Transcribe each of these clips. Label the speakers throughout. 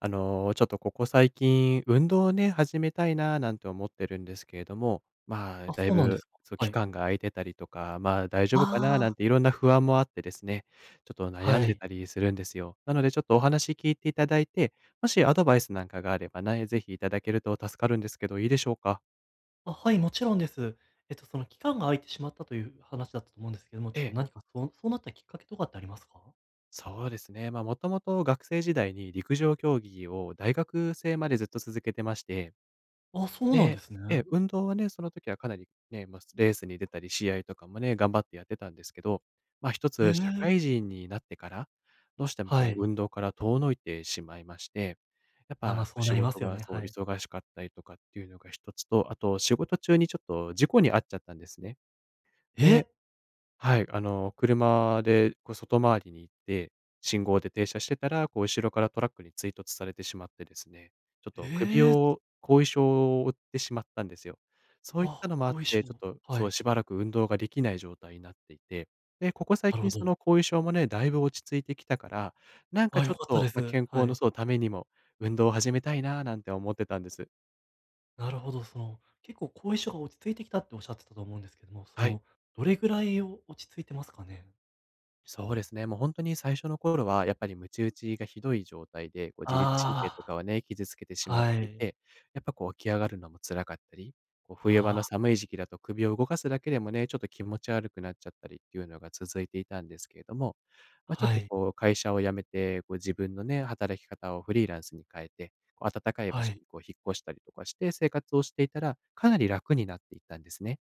Speaker 1: ちょっとここ最近、運動をね、始めたいななんて思ってるんですけれども、まあ、
Speaker 2: あ、
Speaker 1: だい
Speaker 2: そうなんで
Speaker 1: ぶ、
Speaker 2: すか。
Speaker 1: そう、
Speaker 2: は
Speaker 1: 期
Speaker 2: い。
Speaker 1: 間が空いてたりとか、まあ、大丈夫かなな
Speaker 2: あ
Speaker 1: ん
Speaker 2: あ、
Speaker 1: ていろんな不安もあってですね、ちょっと悩ん
Speaker 2: は
Speaker 1: で
Speaker 2: い。
Speaker 1: たりするんですよ。なので、ちょっとお話聞いていただいて、もしアドバイスなんかがあればね、ぜひいただけると助かるんですけど、いいでしょうか？
Speaker 2: あ、はい、もちろんです。その期間が空いてしまったという話だったと思うんですけども、ちょ
Speaker 1: え
Speaker 2: っと
Speaker 1: え、
Speaker 2: 何かそうなったきっかけとかってありますか？
Speaker 1: そうですね。まあ、もともと学生時代に陸上競技を大学生までずっと続けてまして、
Speaker 2: あ、そうなんで
Speaker 1: で、
Speaker 2: すね。
Speaker 1: ええ、運動はね、その時はかなりね、まあ、レースに出たり、試合とかもね、頑張ってやってたんですけど、ま、一
Speaker 2: え
Speaker 1: つ社会
Speaker 2: え。
Speaker 1: 人になってから、どうしても
Speaker 2: は
Speaker 1: こう
Speaker 2: い。
Speaker 1: 運動から遠のいてしまいまして、やっ
Speaker 2: あ、ま
Speaker 1: ぱ
Speaker 2: あ、そう
Speaker 1: 仕
Speaker 2: なりま
Speaker 1: 事
Speaker 2: すよ
Speaker 1: が
Speaker 2: ね、
Speaker 1: そう
Speaker 2: はい。
Speaker 1: 忙しかったりとかっていうのが一つと、あと仕事中にちょっと事故に遭っちゃったんですね。で、
Speaker 2: え！
Speaker 1: はい、車でこう外回りに行って、信号で停車してたら、こう後ろからトラックに追突されてしまってですね、ちょっ
Speaker 2: え
Speaker 1: と首
Speaker 2: え！
Speaker 1: を後遺症を負ってしまったんですよ。そういった
Speaker 2: あ、
Speaker 1: のもあっ
Speaker 2: 後遺
Speaker 1: て、
Speaker 2: 症。
Speaker 1: ちょっと、
Speaker 2: は
Speaker 1: そう、
Speaker 2: い。
Speaker 1: しばらく運動ができない状態になっていて、で、ここ最
Speaker 2: なるほ
Speaker 1: 近そ
Speaker 2: ど。
Speaker 1: の後遺症もね、だいぶ落ち着いてきたから、なんか
Speaker 2: あ、
Speaker 1: ち
Speaker 2: 良
Speaker 1: ょっ
Speaker 2: かったで
Speaker 1: と、まあ、
Speaker 2: す。
Speaker 1: 健
Speaker 2: は
Speaker 1: 康の
Speaker 2: い。
Speaker 1: そう、ためにも運動を始めたいななんて思ってたんです。
Speaker 2: なるほど、結構後遺症が落ち着いてきたっておっしゃってたと思うんですけども、
Speaker 1: はい。
Speaker 2: どれぐらいを落ち着いてますかね？
Speaker 1: そうですね。もう本当に最初の頃はやっぱりムチ打ちがひどい状態で、こう自律神経と
Speaker 2: あ
Speaker 1: かはね、傷つけてし
Speaker 2: あ、
Speaker 1: まっ
Speaker 2: は
Speaker 1: てい
Speaker 2: い。
Speaker 1: て、やっぱこう起き上がるのも辛かったり、こう冬場の
Speaker 2: ああ、
Speaker 1: 寒い時期だと首を動かすだけでもね、ちょっと気持ち悪くなっちゃったりっていうのが続いていたんですけれども、まあ、ちょっ
Speaker 2: は
Speaker 1: と
Speaker 2: い。
Speaker 1: こう会社を辞めて、こう自分のね、働き方をフリーランスに変えて、こう暖かい場
Speaker 2: は
Speaker 1: 所
Speaker 2: い。
Speaker 1: にこう引っ越したりとかして生活をしていたら、かなり楽になっていったんですね。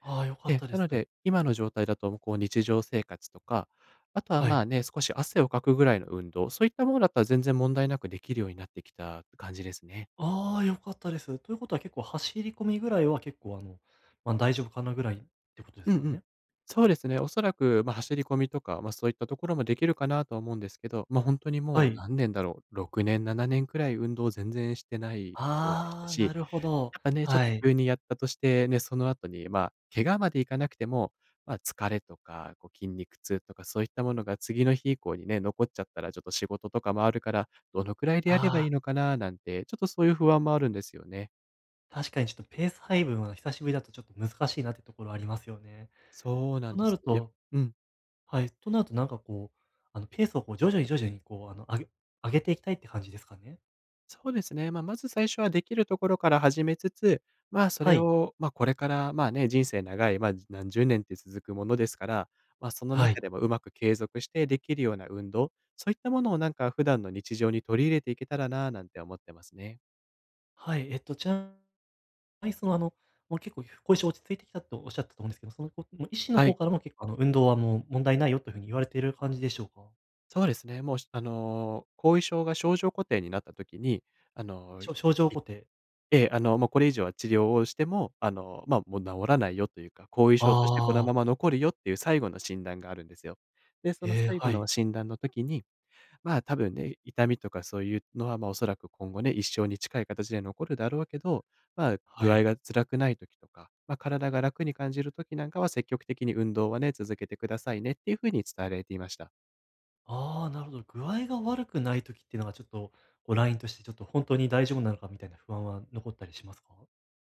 Speaker 2: ああ、良か
Speaker 1: え
Speaker 2: っ
Speaker 1: え、
Speaker 2: たで
Speaker 1: なの
Speaker 2: す。
Speaker 1: で、今の状態だと、こう、日常生活とか、あとは
Speaker 2: は
Speaker 1: ま
Speaker 2: い。
Speaker 1: あね、少し汗をかくぐらいの運動、そういったものだったら全然問題なくできるようになってきた感じですね。
Speaker 2: ああ、良かったです。ということは結構走り込みぐらいは結構大丈夫かなぐらいってことで
Speaker 1: う
Speaker 2: す
Speaker 1: ん
Speaker 2: か
Speaker 1: うん。
Speaker 2: ね？
Speaker 1: そうですね、おそらく、まあ、走り込みとか、まあ、そういったところもできるかなとは思うんですけど、ま、あ本当に
Speaker 2: は
Speaker 1: もう
Speaker 2: い。
Speaker 1: 何年だろう、6年、7年くらい運動全然してないところでした
Speaker 2: ああ、
Speaker 1: し、
Speaker 2: なるほど。
Speaker 1: やっぱね、ちょっと
Speaker 2: はい。
Speaker 1: 急にやったとして、ね、その後に、まあ、怪我までいかなくても、まあ、疲れとか、こう筋肉痛とかそういったものが次の日以降にね、残っちゃったらちょっと仕事とかもあるから、どのくらいでやればい
Speaker 2: あ
Speaker 1: い
Speaker 2: あ、
Speaker 1: のかななんて、ちょっとそういう不安もあるんですよね。
Speaker 2: 確かにちょっとペース配分は久しぶりだとちょっと難しいなってところありますよね。
Speaker 1: そうなん
Speaker 2: と
Speaker 1: で
Speaker 2: な
Speaker 1: す。
Speaker 2: る
Speaker 1: いや、
Speaker 2: と
Speaker 1: うん。
Speaker 2: はい、となるとなんかこう、ペースをこう徐々に徐々にこう、上げていきたいって感じですかね？
Speaker 1: そうですね。まあ、まず最初はできるところから始めつつ、まあ、そ
Speaker 2: は
Speaker 1: れ
Speaker 2: い。
Speaker 1: を、まあ、これから、まあ、ね、人生長い、まあ、何十年って続くものですから、まあ、その
Speaker 2: は
Speaker 1: 中
Speaker 2: い。
Speaker 1: でもうまく継続してできるような運動、そういったものをなんか普段の日常に取り入れていけたらな、なんて思ってますね。
Speaker 2: はい、はい、もう結構後遺症落ち着いてきたとおっしゃったと思うんですけど、もう医師の
Speaker 1: は
Speaker 2: 方
Speaker 1: い、
Speaker 2: からも結構、運動はもう問題ないよというふうに言われている感じでしょうか？
Speaker 1: そうですね。もう、後遺症が症状固定になった時に、あの、
Speaker 2: 症状固定、
Speaker 1: ええ、もうこれ以上は治療をしても、まあ、もう治らないよというか、後遺症としてこのま
Speaker 2: ああ、
Speaker 1: ま残るよっていう最後の診断があるんですよ。で、その
Speaker 2: ええ、
Speaker 1: 最後
Speaker 2: は
Speaker 1: の
Speaker 2: い、
Speaker 1: 診断の時に、まあ、多分ね、痛みとかそういうのは、まあ、おそらく今後ね、一生に近い形で残るだろうけど、まあ、
Speaker 2: は
Speaker 1: 具合
Speaker 2: い。
Speaker 1: が辛くない時とか、まあ、体が楽に感じる時なんかは積極的に運動はね、続けてくださいねっていうふうに伝えられていました。
Speaker 2: ああ、なるほど。具合が悪くない時っていうのがちょっと、こう、ラインとして、ちょっと本当に大丈夫なのかみたいな不安は残ったりしますか？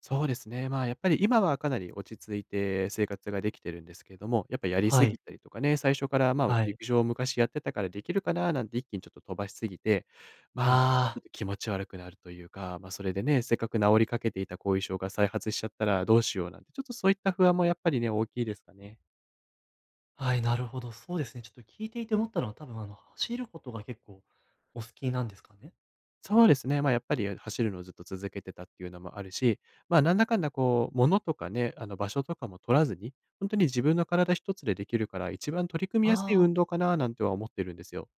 Speaker 1: そうですね。まあ、やっぱり今はかなり落ち着いて生活ができてるんですけれども、やっぱやりす
Speaker 2: は
Speaker 1: ぎ
Speaker 2: い、
Speaker 1: たりとかね、最初からまあ、
Speaker 2: はい。
Speaker 1: 陸上を昔やってたからできるかななんて一気にちょっと飛ばしすぎて、まあ、ちょ
Speaker 2: あ
Speaker 1: っと気持ち悪くなるというか、まあ、それでね、せっかく治りかけていた後遺症が再発しちゃったらどうしようなんて、ちょっとそういった不安もやっぱりね、大きいですかね。
Speaker 2: あ、はい、なるほど、そうですね。ちょっと聞いていて思ったのは、多分、走ることが結構お好きなんですかね？
Speaker 1: そうですね。まあ、やっぱり走るのをずっと続けてたっていうのもあるし、まあ、なんだかんだこう、物とかね、場所とかも取らずに、本当に自分の体一つでできるから、一番取り組みやすい
Speaker 2: あ
Speaker 1: 運
Speaker 2: あ。
Speaker 1: 動かななんては思ってるんですよ。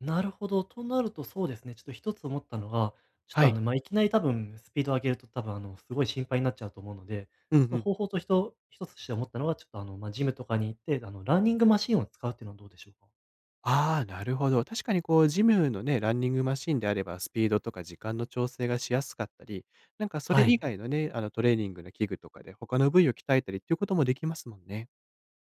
Speaker 2: なるほど。となるとそうですね、ちょっと一つ思ったのが、ちょっ
Speaker 1: は
Speaker 2: とあ
Speaker 1: い。
Speaker 2: の、い。あいきなり多分スピード上げると多分すごい心配になっちゃうと思うので、
Speaker 1: うんう
Speaker 2: ちょっと
Speaker 1: ん。
Speaker 2: 方法と一つとして思ったのが、ちょっとあの、まあ、ジムとかに行って、ランニングマシンを使うっていうのはどうでしょうか？
Speaker 1: ああ、なるほど。確かにこう、ジムのね、ランニングマシンであれば、スピードとか時間の調整がしやすかったり、なんかそれ
Speaker 2: は
Speaker 1: 以
Speaker 2: い。
Speaker 1: 外のね、トレーニングの器具とかで他の部位を鍛えたりっていうこともできますもんね。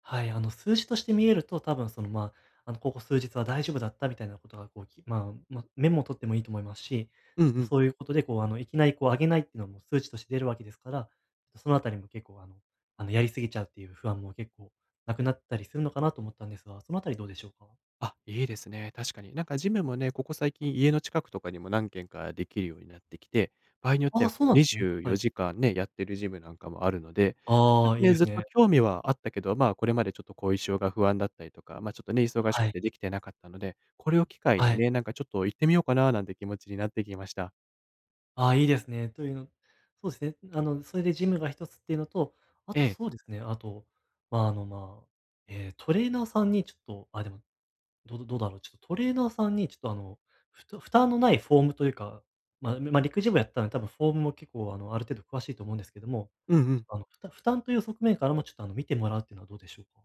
Speaker 2: はい、数字として見えると、多分その、ここ数日は大丈夫だったみたいなことが、こう、きまあ、ま、メモを取ってもいいと思いますし、
Speaker 1: うん
Speaker 2: ちょっ
Speaker 1: う
Speaker 2: と
Speaker 1: ん。
Speaker 2: そういうことで、こう、いきなり、こう、上げないっていうのはもう数値として出るわけですから、そのあたりも結構、やりすぎちゃうっていう不安も結構なくなったりするのかなと思ったんですが、そのあたりどうでしょうか？
Speaker 1: あ、いいですね。確かに。なんかジムもね、ここ最近家の近くとかにも何軒かできるようになってきて、場合によって
Speaker 2: あ
Speaker 1: は
Speaker 2: あ、そ
Speaker 1: こ
Speaker 2: う
Speaker 1: う
Speaker 2: なんですね。
Speaker 1: 24
Speaker 2: はい。
Speaker 1: 時間ね、やってるジムなんかもあるので、なん
Speaker 2: あ
Speaker 1: か
Speaker 2: あ、いい
Speaker 1: ね、
Speaker 2: で
Speaker 1: ず
Speaker 2: す
Speaker 1: っと
Speaker 2: ね。
Speaker 1: 興味はあったけど、まあ、これまでちょっと後遺症が不安だったりとか、まあ、ちょっとね、忙し
Speaker 2: は
Speaker 1: く
Speaker 2: い。
Speaker 1: てできてなかったので、これを機会
Speaker 2: は
Speaker 1: に
Speaker 2: い。
Speaker 1: ね、なんかちょっと行ってみようかななんて気持ちになってきました。
Speaker 2: ああ、いいですね。というのそうですね、それでジムが一つっていうのと、あ
Speaker 1: え
Speaker 2: と
Speaker 1: え。
Speaker 2: そうですね、あと、まあ、トレーナーさんにちょっと、あ、でも、どうだろう、ちょっとトレーナーさんにちょっと、負担のないフォームというか、まあ、まあ、陸上部やったらで、多分フォームも結構、ある程度詳しいと思うんですけども、
Speaker 1: うんう
Speaker 2: ち
Speaker 1: ん。
Speaker 2: ょっと、負担という側面からもちょっと、見てもらうっていうのはどうでしょうか？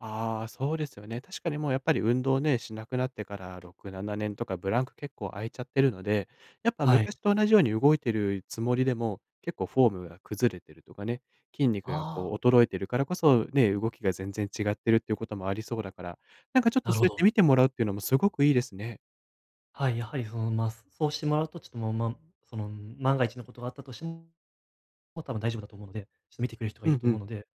Speaker 1: ああ、そうですよね。確かにもうやっぱり運動ね、しなくなってから6、7年とかブランク結構空いちゃってるので、やっぱ
Speaker 2: はい。
Speaker 1: 昔と同じように動いてるつもりでも、結構フォームが崩れてるとかね、筋肉がこう
Speaker 2: ああ、
Speaker 1: 衰えてるからこそね、動きが全然違ってるっていうこともありそうだから、なんかちょっと
Speaker 2: な
Speaker 1: そ
Speaker 2: る
Speaker 1: う
Speaker 2: ほ
Speaker 1: やって
Speaker 2: ど。
Speaker 1: 見てもらうっていうのもすごくいいですね。
Speaker 2: はい、やはりその、まあ、そうしてもらうと、ちょっと、もう、まあ、その、万が一のことがあったとしても多分大丈夫だと思うので、ちょっと見てくれる人が
Speaker 1: う
Speaker 2: いる
Speaker 1: ん
Speaker 2: と
Speaker 1: う
Speaker 2: 思う
Speaker 1: ん。
Speaker 2: ので、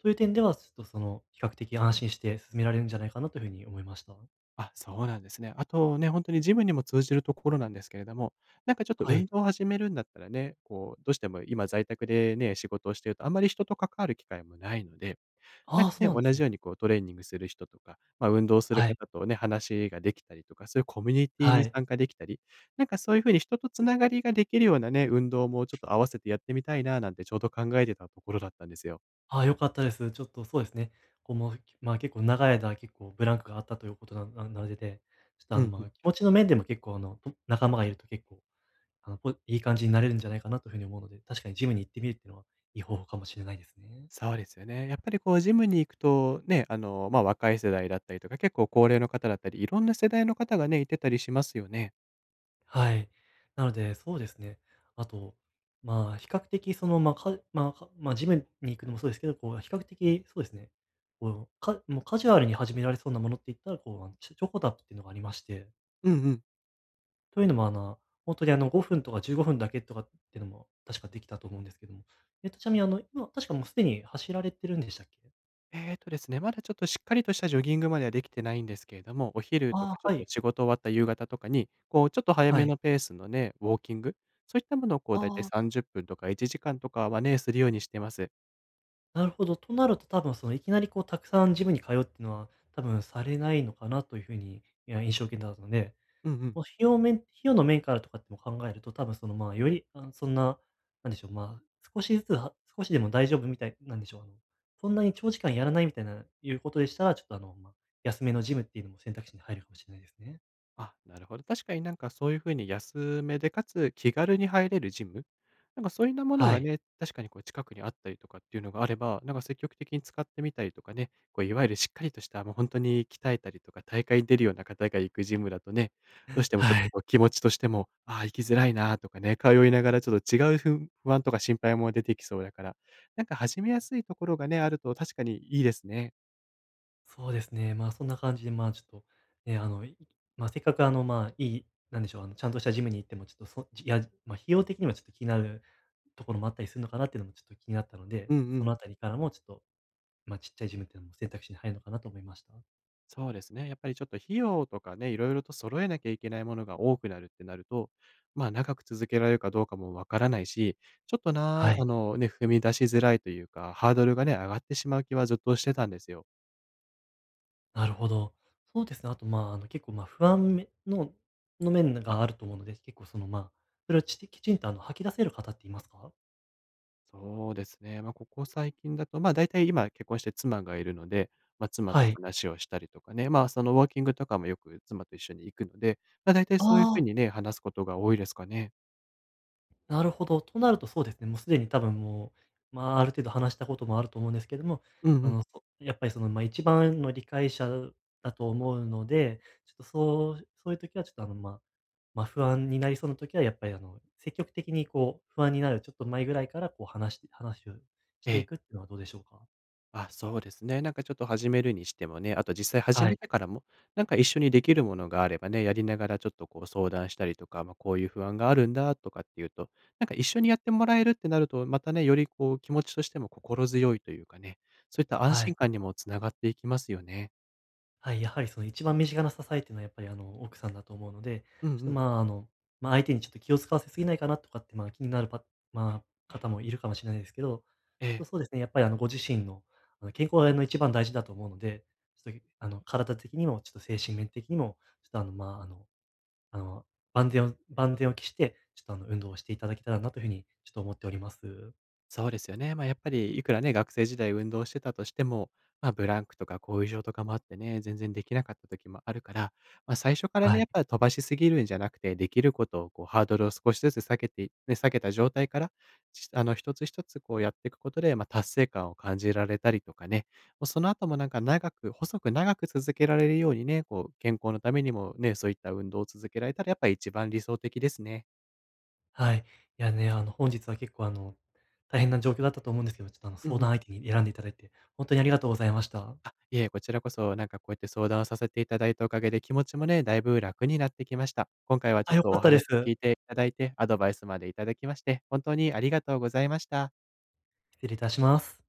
Speaker 2: という点では、ちょっとその、比較的安心して進められるんじゃないかなというふうに思いました。
Speaker 1: あ、そうなんですね。あとね、本当にジムにも通じるところなんですけれども、なんかちょっと
Speaker 2: は
Speaker 1: 運
Speaker 2: い。
Speaker 1: 動を始めるんだったらね、こう、どうしても今在宅でね、仕事をしているとあんまり人と関わる機会もないので、なん
Speaker 2: ああ、
Speaker 1: か
Speaker 2: そう
Speaker 1: ね、
Speaker 2: なんで
Speaker 1: 同
Speaker 2: すね。
Speaker 1: じようにこうトレーニングする人とか、まあ、運動する
Speaker 2: はい。
Speaker 1: 方とね、話ができたりとか、そういうコミュニティ
Speaker 2: は
Speaker 1: に
Speaker 2: い。
Speaker 1: 参加できたり、なんかそういう風に人とつながりができるようなね、運動もちょっと合わせてやってみたいななんてちょうど考えてたところだったんですよ。
Speaker 2: ああ、良かったです。ちょっとそうですね。こうもう、まあ、結構長い間結構ブランクがあったということななのでで、ちょっと
Speaker 1: う
Speaker 2: あの、
Speaker 1: んう
Speaker 2: ま
Speaker 1: ん。
Speaker 2: あ、気持ちの面でも結構あの、と仲間がいると結構、いい感じになれるんじゃないかなというふうに思うので、確かにジムに行ってみるっていうのは、いい方法かもしれないですね。
Speaker 1: そうですよね。やっぱりこうジムに行くとね、ま、あ若い世代だったりとか、結構高齢の方だったり、いろんな世代の方がね、いてたりしますよね。
Speaker 2: はい。なので、そうですね。あと、まあ、比較的、その、まあ、ジムに行くのもそうですけど、こう、比較的、そうですね。こう、もうカジュアルに始められそうなものって言ったら、こう、チョコタップっていうのがありまして、
Speaker 1: うんうん。
Speaker 2: というのも、本当に5分とか15分だけとかっていうのも、確かできたと思うんですけども。ちなみに、今、確かもうすでに走られてるんでしたっけ？
Speaker 1: えーとですね、まだちょっとしっかりとしたジョギングまではできてないんですけれども、お昼と
Speaker 2: あ
Speaker 1: かちょ
Speaker 2: あ
Speaker 1: っ
Speaker 2: ー、は
Speaker 1: と
Speaker 2: い。
Speaker 1: 仕事終わった夕方とかに、こうちょっと早
Speaker 2: は
Speaker 1: め
Speaker 2: い。
Speaker 1: のペースのね、ウォーキング、そういったものをこうだいたい
Speaker 2: ああ。
Speaker 1: 30分とか1時間とかはね、するようにしてます。
Speaker 2: なるほど。となると多分そのいきなりこうたくさんジムに通うっていうのは、多分されないのかなというふうに、いや、印象を受けたので、
Speaker 1: うんうん。
Speaker 2: もう費用の面からとかっても考えると、多分そのまあより、あそんな、なんでしょう、まあ少しずつは、少しでも大丈夫みたい、なんでしょう、そんなに長時間やらないみたいな、いうことでしたら、ちょっとあの、まあ、安めのジムっていうのも選択肢に入るかもしれないですね。
Speaker 1: あ、なるほど。確かになんかそういう風に安めで、かつ気軽に入れるジム、なんかそういうなもの
Speaker 2: は
Speaker 1: が
Speaker 2: い。
Speaker 1: ね、確かにこう近くにあったりとかっていうのがあれば、なんか積極的に使ってみたりとかね、こういわゆるしっかりとした、もう本当に鍛えたりとか、大会に出るような方が行くジムだとね、どうしてもちょっ
Speaker 2: は
Speaker 1: と
Speaker 2: い。
Speaker 1: こう気持ちとしても、ああ、行きづらいなとかね、通いながらちょっと違うふ不安とか心配も出てきそうだから、なんか始めやすいところがね、あると確かにいいですね。
Speaker 2: そうですね。まあ、そんな感じで、まあ、ちょっと、ね、まあ、せっかくまあ、いい、なんでしょう、ちゃんとしたジムに行っても、ちょっとそ、いや、まあ、費用的にもちょっと気になるところもあったりするのかなっていうのもちょっと気になったので、
Speaker 1: うんう
Speaker 2: ちょっとその
Speaker 1: ん。
Speaker 2: あたりからも、ちょっと、まあ、ちっちゃいジムっていうのも選択肢に入るのかなと思いました。
Speaker 1: そうですね。やっぱりちょっと費用とかね、いろいろと揃えなきゃいけないものが多くなるってなると、まあ長く続けられるかどうかもわからないし、ちょっとな、
Speaker 2: は
Speaker 1: あ
Speaker 2: い。
Speaker 1: のね、踏み出しづらいというか、ハードルがね、上がってしまう気はずっとしてたんですよ。
Speaker 2: なるほど。そうですね。あと、まあ、結構、まあ、不安めの、の面があると思うので、結構、その、まあ、それをきちんと、吐き出せる方っていますか？
Speaker 1: そうですね。まあここ最近だと、まあ大体今結婚して妻がいるので、まあ妻
Speaker 2: は
Speaker 1: と
Speaker 2: い。
Speaker 1: 話をしたりとかね、まあそのウォーキングとかもよく妻と一緒に行くので、まあ大体
Speaker 2: あ
Speaker 1: そういうふうに
Speaker 2: あ。
Speaker 1: ね、話すことが多いですかね。
Speaker 2: なるほど。となるとそうですね、もうすでに多分もう、まあ、ある程度話したこともあると思うんですけども、
Speaker 1: うんうん。
Speaker 2: やっぱりその、まあ、一番の理解者だと思うので、ちょっとそうそういう時はちょっとまあ、不安になりそうな時はやっぱり積極的にこう不安になるちょっと前ぐらいからこう話して話をし
Speaker 1: え
Speaker 2: てい
Speaker 1: え、
Speaker 2: くっていうのはどうでしょうか？
Speaker 1: あ、そうですね。なんかちょっと始めるにしてもね、あと実際始
Speaker 2: は
Speaker 1: め
Speaker 2: い、
Speaker 1: てからも、なんか一緒にできるものがあればね、やりながらちょっとこう相談したりとか、まあ、こういう不安があるんだとかっていうと、なんか一緒にやってもらえるってなると、またね、よりこう気持ちとしても心強いというかね、そういった安
Speaker 2: は
Speaker 1: 心
Speaker 2: い。
Speaker 1: 感にもつながっていきますよね。
Speaker 2: はい、やはりその一番身近な支えっていうのはやっぱりあの奥さんだと思うので、
Speaker 1: うんう
Speaker 2: ちょっと
Speaker 1: ん。
Speaker 2: まああの、まあ、相手にちょっと気を使わせすぎないかなとかってまあ気になるまあ、方もいるかもしれないですけど、
Speaker 1: え
Speaker 2: ちょっと
Speaker 1: え。
Speaker 2: そうですね、やっぱりあのご自身の健康の一番大事だと思うので、ちょっとあの体的にもちょっと精神面的にも、ちょっとあのまあ、あのあの万全を期して、ちょっとあの運動をしていただけたらなというふうにちょっと思っております。
Speaker 1: そうですよね。まあ、やっぱりいくらね、学生時代運動してたとしても、まあ、ブランクとか後遺症とかもあってね、全然できなかった時もあるから、まあ、最初からね、
Speaker 2: は
Speaker 1: やっ
Speaker 2: い。
Speaker 1: ぱり飛ばしすぎるんじゃなくて、できることをこうハードルを少しずつ下げて、ね、下げた状態から、あの、一つ一つこうやっていくことで、まあ、達成感を感じられたりとかね、もうその後もなんか長く、細く長く続けられるようにね、こう、健康のためにもね、そういった運動を続けられたら、やっぱり一番理想的ですね。
Speaker 2: はい。いやね、本日は結構大変な状況だったと思うんですけど、ちょっと
Speaker 1: うん
Speaker 2: 相
Speaker 1: う
Speaker 2: 談
Speaker 1: ん。
Speaker 2: 相手に選んでいただいて、本当にありがとうございました。
Speaker 1: いえ、こちらこそ、なんかこうやって相談をさせていただいたおかげで、気持ちもね、だいぶ楽になってきました。今回はちょ
Speaker 2: あ、
Speaker 1: っ
Speaker 2: 良
Speaker 1: と
Speaker 2: か
Speaker 1: お
Speaker 2: ったで
Speaker 1: 話
Speaker 2: す。
Speaker 1: を聞いていただいて、アドバイスまでいただきまして、本当にありがとうございました。
Speaker 2: 失礼いたします。